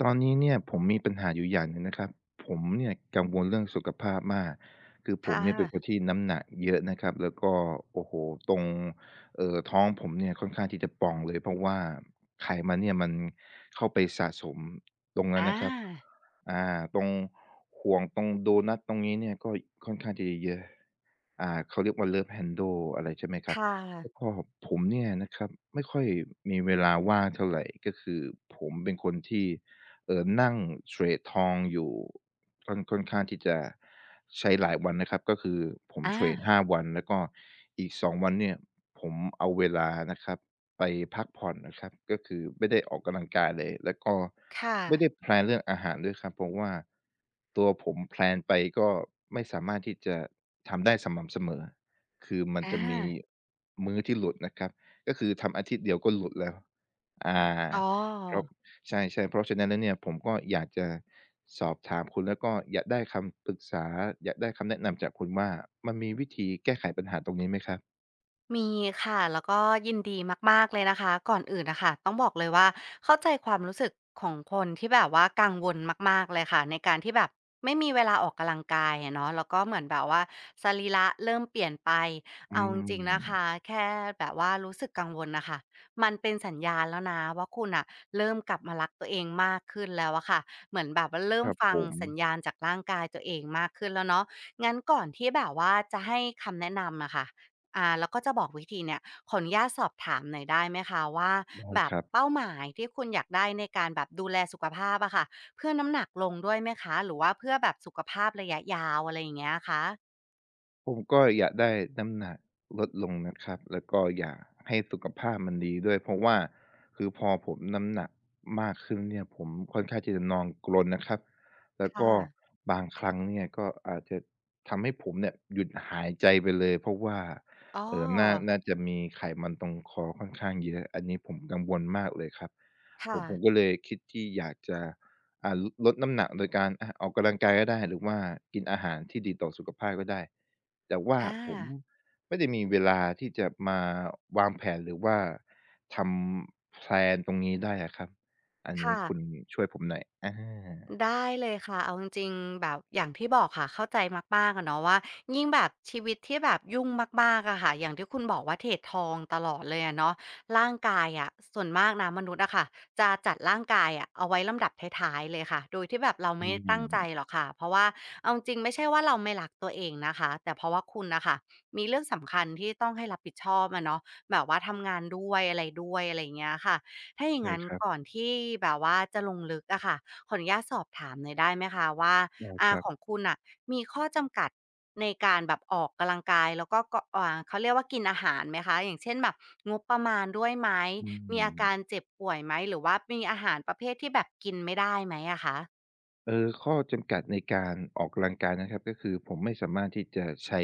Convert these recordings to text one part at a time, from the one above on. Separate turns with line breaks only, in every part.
ตอนนี้เนี่ยผมมีปัญหาอยู่อย่างหนึ่งนะครับผมเนี่ยกังวลเรื่องสุขภาพมากคือ
ค
ผมเนี่ยเป็นคน
่ะ
ที่น้ำหนักเยอะนะครับแล้วก็โอ้โฮตรงท้องผมเนี่ยค่อนข้างที่จะป่องเลยเพราะว่าไขมันเนี่ยมันเข้าไปสะสมตรงนั้น
อา
นะครับอ่าตรงห่วงตรงโดนัตตรงนี้เนี่ยก็ค่อนข้างที่จะเยอะเขาเรียกว่า Love Handle อะไรใช่ไหมครับ
ค่ะ
แล้วก็ผมเนี่ยนะครับไม่ค่อยมีเวลาว่างเท่าไรก็คือผมเป็นคนที่ นั่งเทรดทองอยู่ค่อนข้างที่จะใช้หลายวันนะครับก็คือผม
อา
เทรด5 วันแล้วก็อีก2 วันเนี่ยผมเอาเวลานะครับไปพักผ่อนนะครับก็คือไม่ได้ออกกำลังกายเลยแล้วก็
ค่ะ
ไม่ได้แพลนเรื่องอาหารด้วยครับเพราะว่าตัวผมแพลนไปก็ไม่สามารถที่จะทำได้สม่ำเสมอคือมัน
อา
จะมีมื้อที่หลุดนะครับก็คือทำอาทิตย์เดียวก็หลุดแล้วอา
อ๋
เพราะ
อ
ใช่ๆเพราะฉะนั้นแล้วเนี่ยผมก็อยากจะสอบถามคุณแล้วก็อยากได้คำปรึกษาอยากได้คำแนะนำจากคุณว่ามันมีวิธีแก้ไขปัญหาตรงนี้ไหมครับ
มีค่ะแล้วก็ยินดีมากๆเลยนะคะก่อนอื่นน่ะค่ะต้องบอกเลยว่าเข้าใจความรู้สึกของคนที่แบบว่ากังวลมากๆเลยค่ะในการที่แบบไม่มีเวลาออกกำลังกายอะเนาะแล้วก็เหมือนแบบว่าสรีระเริ่มเปลี่ยนไป
อื
เอาจริงๆนะคะ
ม
แค่แบบว่ารู้สึกกังวลน่ะค่ะมันเป็นสัญญาณแล้วนะว่าคุณน่ะเริ่มกลับมารักตัวเองมากขึ้นแล้วอะค่ะเหมือนแบบว่าเริ่
ค
ม
รับ
ฟั
ผ
ง
ม
สัญญาณจากร่างกายตัวเองมากขึ้นแล้วเนาะงั้นก่อนที่แบบว่าจะให้คำแนะนำอะค่ะ แล้วก็จะบอกวิธีเนี่ยขออนุญาตสอบถามหน่อยได้ไหมคะว่า
ได้
แบบ
ครับ
เป้าหมายที่คุณอยากได้ในการแบบดูแลสุขภาพอะค่ะเพื่อน้ำหนักลงด้วยไหมคะหรือว่าเพื่อแบบสุขภาพระยะยาวอะไรอย่างเงี้ยคะ
ผมก็อยากได้น้ำหนักลดลงนะครับ แล้วก็อยากให้สุขภาพมันดีด้วย เพราะว่าคือพอผมน้ำหนักมากขึ้นเนี่ยผมค่อนข้างที่จะนอนกรนนะครับ แล้ว
ค่ะ
ก็บางครั้งเนี่ยก็อาจจะทำให้ผมเนี่ยหยุดหายใจไปเลย เพราะว่า
อ๋อ
น่าจะมีไขมันตรงคอค่อนข้างเยอะ อันนี้ผมกังวลมากเลยครับผ
ค่ะ
มผมก็เลยคิดที่อยากจะ ดน้ำหนักโดยการออกกำลังกายก็ได้หรือว่ากินอาหารที่ดีต่อสุขภาพก็ได้แต่ว่า
อ
ผม
า
ไม่ได้มีเวลาที่จะมาวางแผนหรือว่าทำแพลนตรงนี้ได้อะครับอันนี้
ค่ะ
คุณช่วยผมหน่อย
ได้เลยค่ะเอาจริงๆแบบอย่างที่บอกค่ะเข้าใจมากๆอะเนาะว่ายิ่งแบบชีวิตที่แบบยุ่งมากๆอะค่ะอย่างที่คุณบอกว่าเทรดทองตลอดเลยอะเนาะร่างกายอะส่วนมากนะมนุษย์อะค่ะจะจัดร่างกายอะเอาไว้ลำดับท้ายๆเลยค่ะโดยที่แบบเรา
อื
ไม่ตั้งใจ
ม
หรอกค่ะเพราะว่าเอาจริงไม่ใช่ว่าเราไม่รักตัวเองนะคะแต่เพราะว่าคุณนะคะมีเรื่องสำคัญที่ต้องให้รับผิดชอบอะเนาะแบบว่าทำงานด้วยอะไรด้วยอะไรอย่างเงี้ยค่ะถ้าอย่าง
ใช่
นั้น
ครับ
ก่อนที่แบบว่าจะลงลึกอะค่ะ ขออนุญาตสอบถามหน่อยได้ไหมคะว่า
ได้
อ่า
ครั
ข
บ
องคุณน่ะมีข้อจำกัดในการแบบออกกำลังกายแล้วก็ก็เขาเรียกว่ากินอาหารไหมคะอย่างเช่นแบบงบประมาณด้วยไหม
อื
มีอาการ
ม
เจ็บป่วยไหมหรือว่ามีอาหารประเภทที่แบบกินไม่ได้ไหมอะคะ
เออข้อจำกัดในการออกกำลังกายนะครับก็คือผมไม่สามารถที่จะใช้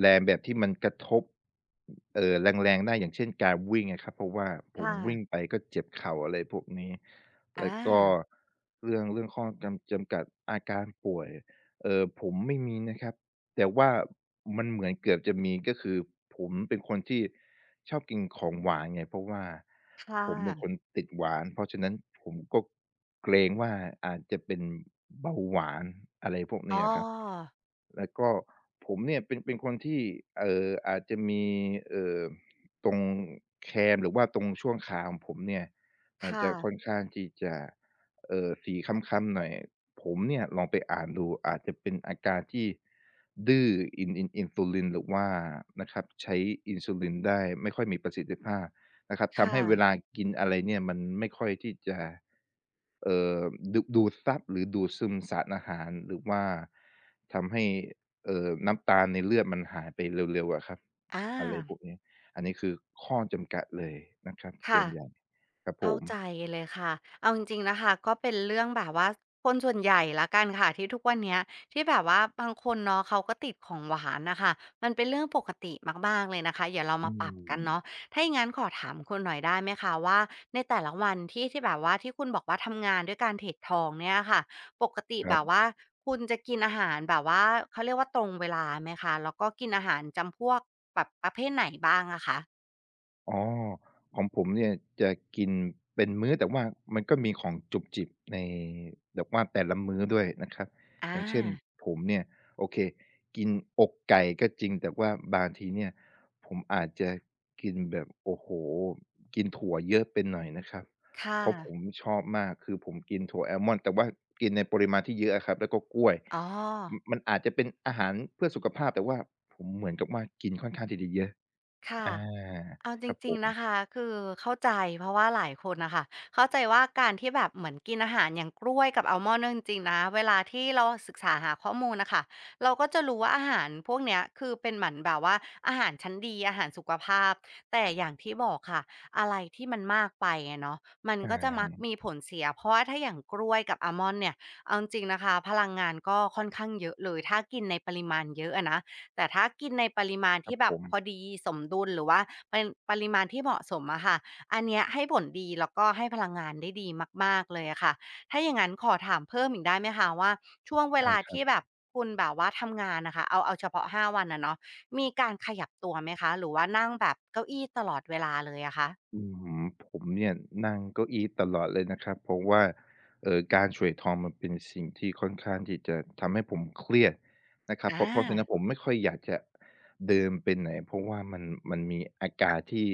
แรงแบบที่มันกระทบเอ่อแรงๆได้อย่างเช่นการวิ่งอะครับเพราะว่าผม
ค่ะ
วิ่งไปก็เจ็บเข่าอะไรพวกนี้
อ
แล้วก็
า
เรื่องข้อจำกัดอาการป่วยผมไม่มีนะครับแต่ว่ามันเหมือนเกือบจะมีก็คือผมเป็นคนที่ ชอบกินของหวานไงเพราะว่า
ค่
ผมเป็นค
ะ
นติดหวานเพราะฉะนั้นผมก็เกรงว่าอาจจะเป็นเบาหวานอะไรพวก
อ๋อ
นี้อะครับแล้วก็ผมเนี่ยเป็นคนที่อาจจะมีเอ่อตรงแคมหรือว่าตรงช่วงขาของผมเนี่ยมัน
ค่ะ
จะค่อนข้างที่จะสีคล้ำๆหน่อย ผมเนี่ยลองไปอ่านดูอาจจะเป็นอาการที่ดื้ออินซูลินหรือว่านะครับใช้อินซูลินได้ไม่ค่อยมีประสิทธิภาพนะครับทำ
ค่ะ
ให้เวลากินอะไรเนี่ยมันไม่ค่อยที่จะเอ่อดูดซับหรือดูดซึมสารอาหารหรือว่าทำให้น้ำตาลในเลือดมันหายไปเร็วๆอะครับ
อ
อะไรพวก
า
นี้อันนี้คือข้อจำกัดเลยนะครับส่
ค่ะ
วนใหญ่ครับผ
เข้าใจ
ม
เลยค่ะ เอาจริงๆนะคะก็เป็นเรื่องแบบว่าคนส่วนใหญ่ละกันค่ะที่ทุกวันเนี้ยที่แบบว่าบางคนเนาะเขาก็ติดของหวานนะคะมันเป็นเรื่องปกติมากๆเลยนะคะเดี๋ยวเรา
อื
มาปรับกัน
ม
เนาะถ้าอย่างนั้นขอถามคุณหน่อยได้ไหมคะว่าในแต่ละวันที่แบบว่าที่คุณบอกว่าทำงานด้วยการเทรดทองเนี่ยค่ะปกติ
ค
แบ
รั
บ
บ
ว่าคุณจะกินอาหารแบบว่าเขาเรียกว่าตรงเวลาไหมคะแล้วก็กินอาหารจำพวกแบบประเภทไหนบ้างอะคะ
อ๋อของผมเนี่ยจะกินเป็นมื้อแต่ว่ามันก็มีของจุบจิบในแบบว่าแต่ละมื้อด้วยนะครับ
อ
อย่างเช่น
า
ผมเนี่ยโอเคกินอกไก่ก็จริงแต่ว่าบางทีเนี่ยผมอาจจะกินแบบโอ้โฮกินถั่วเยอะไปหน่อยนะครับ
ค่ะ
เพราะผมชอบมากคือผมกินถั่วอัลมอนด์แต่ว่ากินในปริมาณที่เยอะอะครับแล้วก็กล้วย
อ๋อ
มันอาจจะเป็นอาหารเพื่อสุขภาพแต่ว่าผมเหมือนกับว่ากินค่อนข้างที่จะเยอะ
ค่ะ
อา
เอาจ
ครับผ
ริง
ม
ๆนะคะคือเข้าใจเพราะว่าหลายคนน่ะค่ะเข้าใจว่าการที่แบบเหมือนกินอาหารอย่างกล้วยกับอัลมอนด์เนี่ยจริงๆนะเวลาที่เราศึกษาหาข้อมูลน่ะค่ะเราก็จะรู้ว่าอาหารพวกเนี้ยคือเป็นเหมือนแบบว่าอาหารชั้นดีอาหารสุขภาพแต่อย่างที่บอกค่ะอะไรที่มันมากไปอะเนาะมัน
ใช
ก็จะมัก
่
มีผลเสียเพราะว่าถ้าอย่างกล้วยกับอัลมอนด์เนี่ยเอาจริงๆนะคะพลังงานก็ค่อนข้างเยอะเลยถ้ากินในปริมาณเยอะอะนะ แต่ถ้ากินในปริมาณ
ครั
ที่
บ
แบ
ผ
บ
ม
พอดีสมดุลหรือว่าเป็นปริมาณที่เหมาะสมอะค่ะอันเนี้ยให้ผลดีแล้วก็ให้พลังงานได้ดีมากๆเลยอะค่ะถ้าอย่างงั้นขอถามเพิ่มอีกได้ไหมคะว่าช่วงเว
ใช่
ลา
ครับ
ที่แบบคุณแบบว่าทำงานน่ะค่ะเอาเฉพาะ5วันอะเนาะมีการขยับตัวไหมคะหรือว่านั่งแบบเก้าอี้ตลอดเวลาเลยอะคะ
อื้อฮือผมเนี่ยนั่งเก้าอี้ตลอดเลยนะครับเพราะว่าการเทรดทองมันเป็นสิ่งที่ค่อนข้างที่จะทำให้ผมเครียดนะครับเพ
อา
ราะเพราะฉะนั้นผมไม่ค่อยอยากจะเดินไปไหนเพราะว่ามันมีอาการที่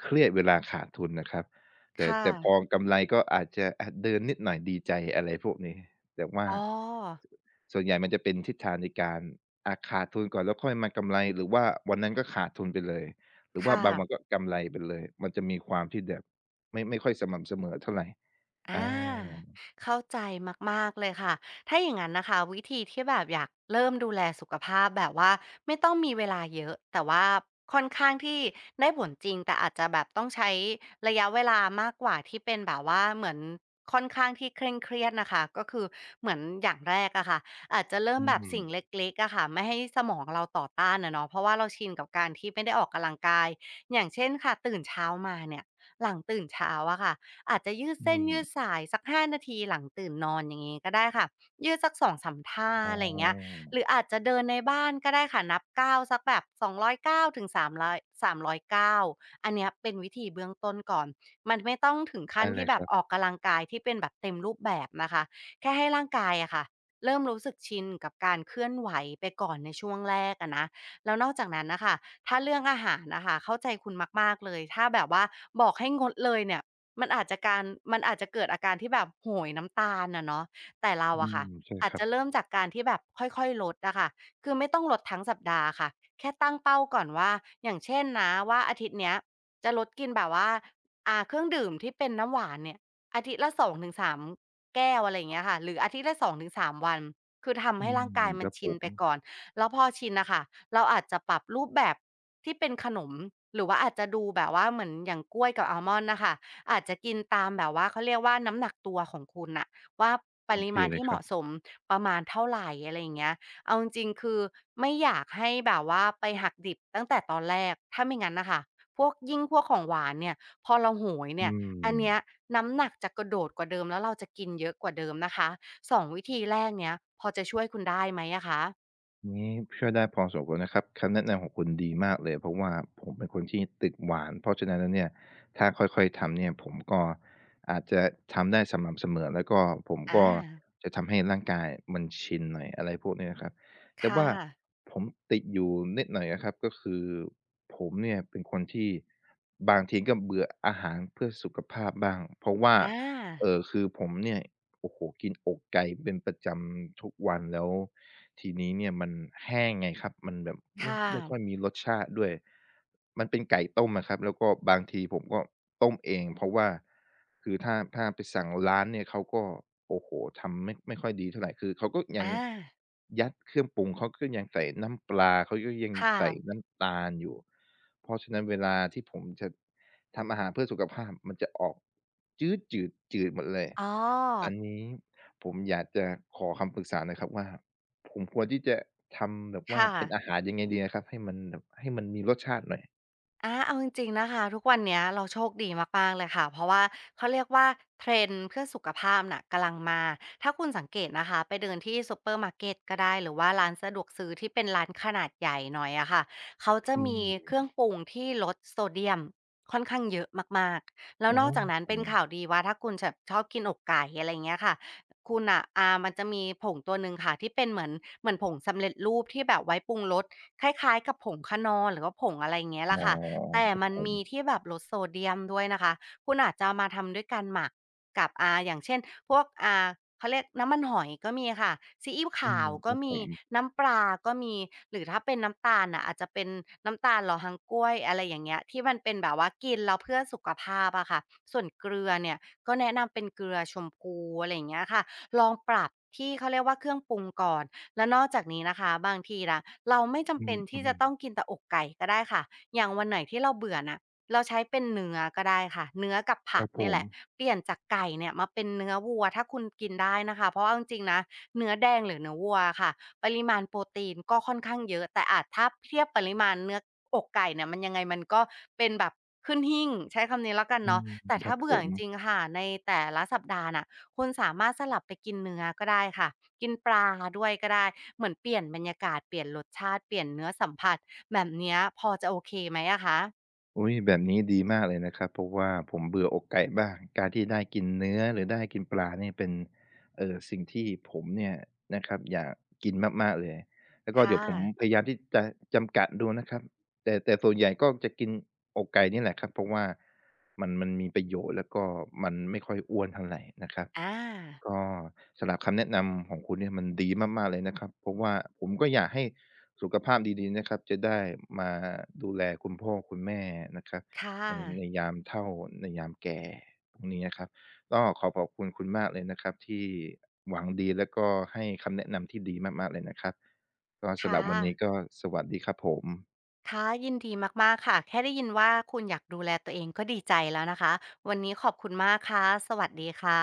เครียดเวลาขาดทุนนะครับแต่
ค่ะ
แต่พอกำไรก็อาจจะอะเดินนิดหน่อยดีใจอะไรพวกนี้แต่ว่า
อ๋อ
สส่วนใหญ่มันจะเป็นทิศทางในการอะขาดทุนก่อนแล้วค่อยมากำไรหรือว่าวันนั้นก็ขาดทุนไปเลย หรือว่า
ค่ะ
บางวันก็กำไรไปเลย มันจะมีความที่แบบไม่ค่อยสม่ำเสมอเท่าไร
อ่า
อา
เข้าใจมากๆเลยค่ะถ้าอย่างนั้นนะคะวิธีที่แบบอยากเริ่มดูแลสุขภาพแบบว่าไม่ต้องมีเวลาเยอะแต่ว่าค่อนข้างที่ได้ผลจริงแต่อาจจะแบบต้องใช้ระยะเวลามากกว่าที่เป็นแบบว่าเหมือนค่อนข้างที่เคร่งเครียดนะคะก็คือเหมือนอย่างแรกอะค่ะอาจจะเริ่ม
อื
แบบ
ม
สิ่งเล็กๆอะค่ะไม่ให้สมองเราต่อต้านนะเนาะเพราะว่าเราชินกับการที่ไม่ได้ออกกำลังกายอย่างเช่นค่ะตื่นเช้ามาเนี่ยหลังตื่นเช้าอะค่ะ อาจจะยืด
อื
เส้น
ม
ยืดสายสัก5นาทีหลังตื่นนอนอย่างงี้ก็ได้ค่ะยืดสัก2มท่า
อ๋
อะไรอย่างเงี้ย
อ
หรืออาจจะเดินในบ้านก็ได้ค่ะนับก้าวสักแบบ2้9ถึง300 309อยสามร้อยเก้าอันเนี้ยเป็นวิธีเบื้องต้นก่อนมันไม่ต้องถึงขั้
ได้
น
เล
ที่
ย
แบ
ค
บ
รั
อ
บ
อกกำลังกายที่เป็นแบบเต็มรูปแบบนะคะแค่ให้ร่างกายอะค่ะเริ่มรู้สึกชินกับการเคลื่อนไหวไปก่อนในช่วงแรกอะนะแล้วนอกจากนั้นน่ะค่ะถ้าเรื่องอาหารน่ะค่ะเข้าใจคุณมากๆเลยถ้าแบบว่าบอกให้งดเลยเนี่ย มันอาจจะการมันอาจจะเกิดอาการที่แบบโหยน้ำตาลอะเนาะแต่เรา
อื
อะ
ม
ค่ะ
ใช่
อา
ค
จ
รับ
จะเริ่มจากการที่แบบค่อยๆลดอะค่ะคือไม่ต้องลดทั้งสัปดาห์ค่ะแค่ตั้งเป้าก่อนว่าอย่างเช่นนะว่าอาทิตย์เนี้ยจะลดกินแบบว่าเครื่องดื่มที่เป็นน้ำหวานเนี่ยอาทิตย์ละสองถึงสามแก้วอะไรอย่างเงี้ยค่ะหรืออาทิตย์ละสองถึงสามวันคือทำ
อื
ให้ร่างกา
ม
ย
ค
มัน
รับผ
ชิน
ม
ไปก่อนแล้วพอชินน่ะค่ะเราอาจจะปรับรูปแบบที่เป็นขนมหรือว่าอาจจะดูแบบว่าเหมือนอย่างกล้วยกับอัลมอนด์น่ะค่ะ อาจจะกินตามแบบว่าเขาเรียกว่าน้ำหนักตัวของคุณน่ะว่าป
โอ
ริ
เค
มาณ
เลย
ที่
ค
เห
รับ
มาะสมประมาณเท่าไรอะไรอย่างเงี้ยเอาจริงๆคือไม่อยากให้แบบว่าไปหักดิบตั้งแต่ตอนแรกถ้าไม่งั้นน่ะค่ะพวกยิ่งพวกของหวานเนี่ยพอเราโหยเนี่
อื
ยอัน
ม
เนี้ยน้ำหนักจะกระโดดกว่าเดิมแล้วเราจะกินเยอะกว่าเดิมนะคะสองวิธีแรกเนี้ยพอจะช่วยคุณได้ไหมอะคะ
นี้ช่วยได้พอสมควรนะครับคำแนะนำของคุณดีมากเลยเพราะว่าผมเป็นคนที่ติดหวานเพราะฉะนั้นแล้วเนี่ยถ้าค่อยๆทำเนี่ยผมก็อาจจะทำได้สม่ำเสมอแล้วก็ผม
อ
ก็
า
จะทำให้ร่างกายมันชินหน่อยอะไรพวกนี้นะครับแต่
ค่ะ
ว่าผมติดอยู่นิดหน่อยอะครับก็คือผมเนี่ยเป็นคนที่บางทีก็เบื่ออาหารเพื่อสุขภาพบ้างเพราะว่า
อา
คือผมเนี่ย โอ้โฮกินอกไก่เป็นประจำทุกวันแล้วทีนี้เนี่ยมันแห้งไงครับมันแบบไม่
ค่ะ
ไม่ค่อยมีรสชาติด้วยมันเป็นไก่ต้มอะครับแล้วก็บางทีผมก็ต้มเองเพราะว่าคือถ้าไปสั่งร้านเนี่ยเขาก็โอ้โฮทำไม่ค่อยดีเท่าไรคือเขาก็ยัง
อา
ยัดเครื่องปรุงเขาก็ยังใส่น้ำปลาเขาก็ยัง
ค
ใส่
่ะ
น้ำตาลอยู่ เพราะฉะนั้นเวลาที่ผมจะทำอาหารเพื่อสุขภาพ มันจะออกจืดจืดจืดหมดเลย
อ๋อ
อันนี้ผมอยากจะขอคำปรึกษาหน่อยครับว่าผมควรที่จะทำแบบว่า
ค่ะ
เป็นอาหารยังไงดีนะครับให้มันแบบให้มันมีรสชาติหน่อย
อาเอาจริงๆนะคะทุกวันเนี้ยเราโชคดีมากๆเลยค่ะเพราะว่าเขาเรียกว่าเทรนด์เพื่อสุขภาพน่ะกำลังมาถ้าคุณสังเกตนะคะไปเดินที่ซูเปอร์มาร์เกตก็ได้หรือว่าร้านสะดวกซื้อที่เป็นร้านขนาดใหญ่หน่อยอะค่ะเขาจะ
อื
มีเค
ม
รื่องปรุงที่ลดโซเดียมค่อนข้างเยอะมากๆแล้ว
อ๋
นอกจากนั้นเป็น
อ
ข่าวดีว่าถ้าคุณแบบชอบกินอกไก่อะไราเงี้ยค่ะคุณอะมันจะมีผงตัวหนึ่งค่ะที่เป็นเหมือนผงสำเร็จรูปที่แบบไว้ปรุงรสคล้ายๆกับผงคนอร์หรือว่าผงอะไรย่างเงี้ย
อ๋
ละ
อ
ค่ะ แต่
ครับ
มัน
ผม
มีที่แบบลดโซเดียมด้วยนะคะคุณอาจจะเอามาทำด้วยการหมักกับอย่างเช่นพวกเขาเรียกน้ำมันหอยก็มีค่ะซีอิ๊ว
อื
ขา
ม
ว
ค
ก็
รับผ
มี
ม
น้ำปลาก็มีหรือถ้าเป็นน้ำตาลน่ะอาจจะเป็นน้ำตาลหล่อฮังก๊วยอะไรอย่างเงี้ยที่มันเป็นแบบว่ากินแล้วเพื่อสุขภาพอะค่ะส่วนเกลือเนี่ยก็แนะนำเป็นเกลือชมพูอะไรอย่างเงี้ยค่ะลองปรับที่เขาเรียกว่าเครื่องปรุงก่อนและนอกจากนี้นะคะบางทีนะเราไม่
อื
จำเป็นที่จะต้อ
ม
งกินแต่อกไก่ก็ได้ค่ะ อย่างวันไหนที่เราเบื่อน่ะเราใช้เป็นเนื้อก็ได้ค่ะเนื้อกับ
ๆค
ผัก
รับผ
เนี่ย
ม
แหละเปลี่ยนจากไก่เนี่ยมาเป็นเนื้อวัวถ้าคุณกินได้นะคะเพราะเอาจริงๆนะเนื้อแดงหรือเนื้อวัวอะค่ะปริมาณโปรตีนก็ค่อนข้างเยอะแต่อาจถ้าเทียบปริมาณเนื้ออกไก่เนี่ยมันยังไงมันก็เป็นแบบขึ้นหิ้งใช้คำนี้แล้วกัน
อื
เนาะ
ม
แต่
ครั
ถ้า
บผ
เบื่อจ
ม
ริงๆค่ะในแต่ละสัปดาห์น่ะคุณสามารถสลับไปกินเนื้อก็ได้ค่ะกินปลาด้วยก็ได้เหมือนเปลี่ยนบรรยากาศเปลี่ยนรสชาติเปลี่ยนเนื้อสัมผัส แบบเนี้ยพอจะโอเคไหมอะคะ
อุ๊ยแบบนี้ดีมากเลยนะครับเพราะว่าผมเบื่ออกไก่บ้างการที่ได้กินเนื้อหรือได้กินปลาเนี่ยเป็นสิ่งที่ผมเนี่ยนะครับอยากกินมากๆเลยแล้วก็
ค่ะ
เดี๋ยวผมพยายามที่จะจำกัดดูนะครับแต่ส่วนใหญ่ก็จะกินอกไก่นี่แหละครับเพราะว่ามันมีประโยชน์แล้วก็มันไม่ค่อยอ้วนเท่าไรนะครับ
อา
ก็สำหรับคำแนะนำของคุณเนี่ยมันดีมากๆเลยนะครับเพราะว่าผมก็อยากให้สุขภาพดีๆนะครับจะได้มาดูแลคุณพ่อคุณแม่นะครับ
ค่ะ
ในยามเฒ่าในยามแก่ตรงนี้นะครับก็ขอบคุณคุณมากเลยนะครับที่หวังดีแล้วก็ให้คำแนะนำที่ดีมากๆเลยนะครับก็สำห
ค่ะ
รับวันนี้ก็สวัสดีครับผม
ค่ะ ยินดีมากๆค่ะ แค่ได้ยินว่าคุณอยากดูแลตัวเองก็ดีใจแล้วนะคะ วันนี้ขอบคุณมากค่ะ สวัสดีค่ะ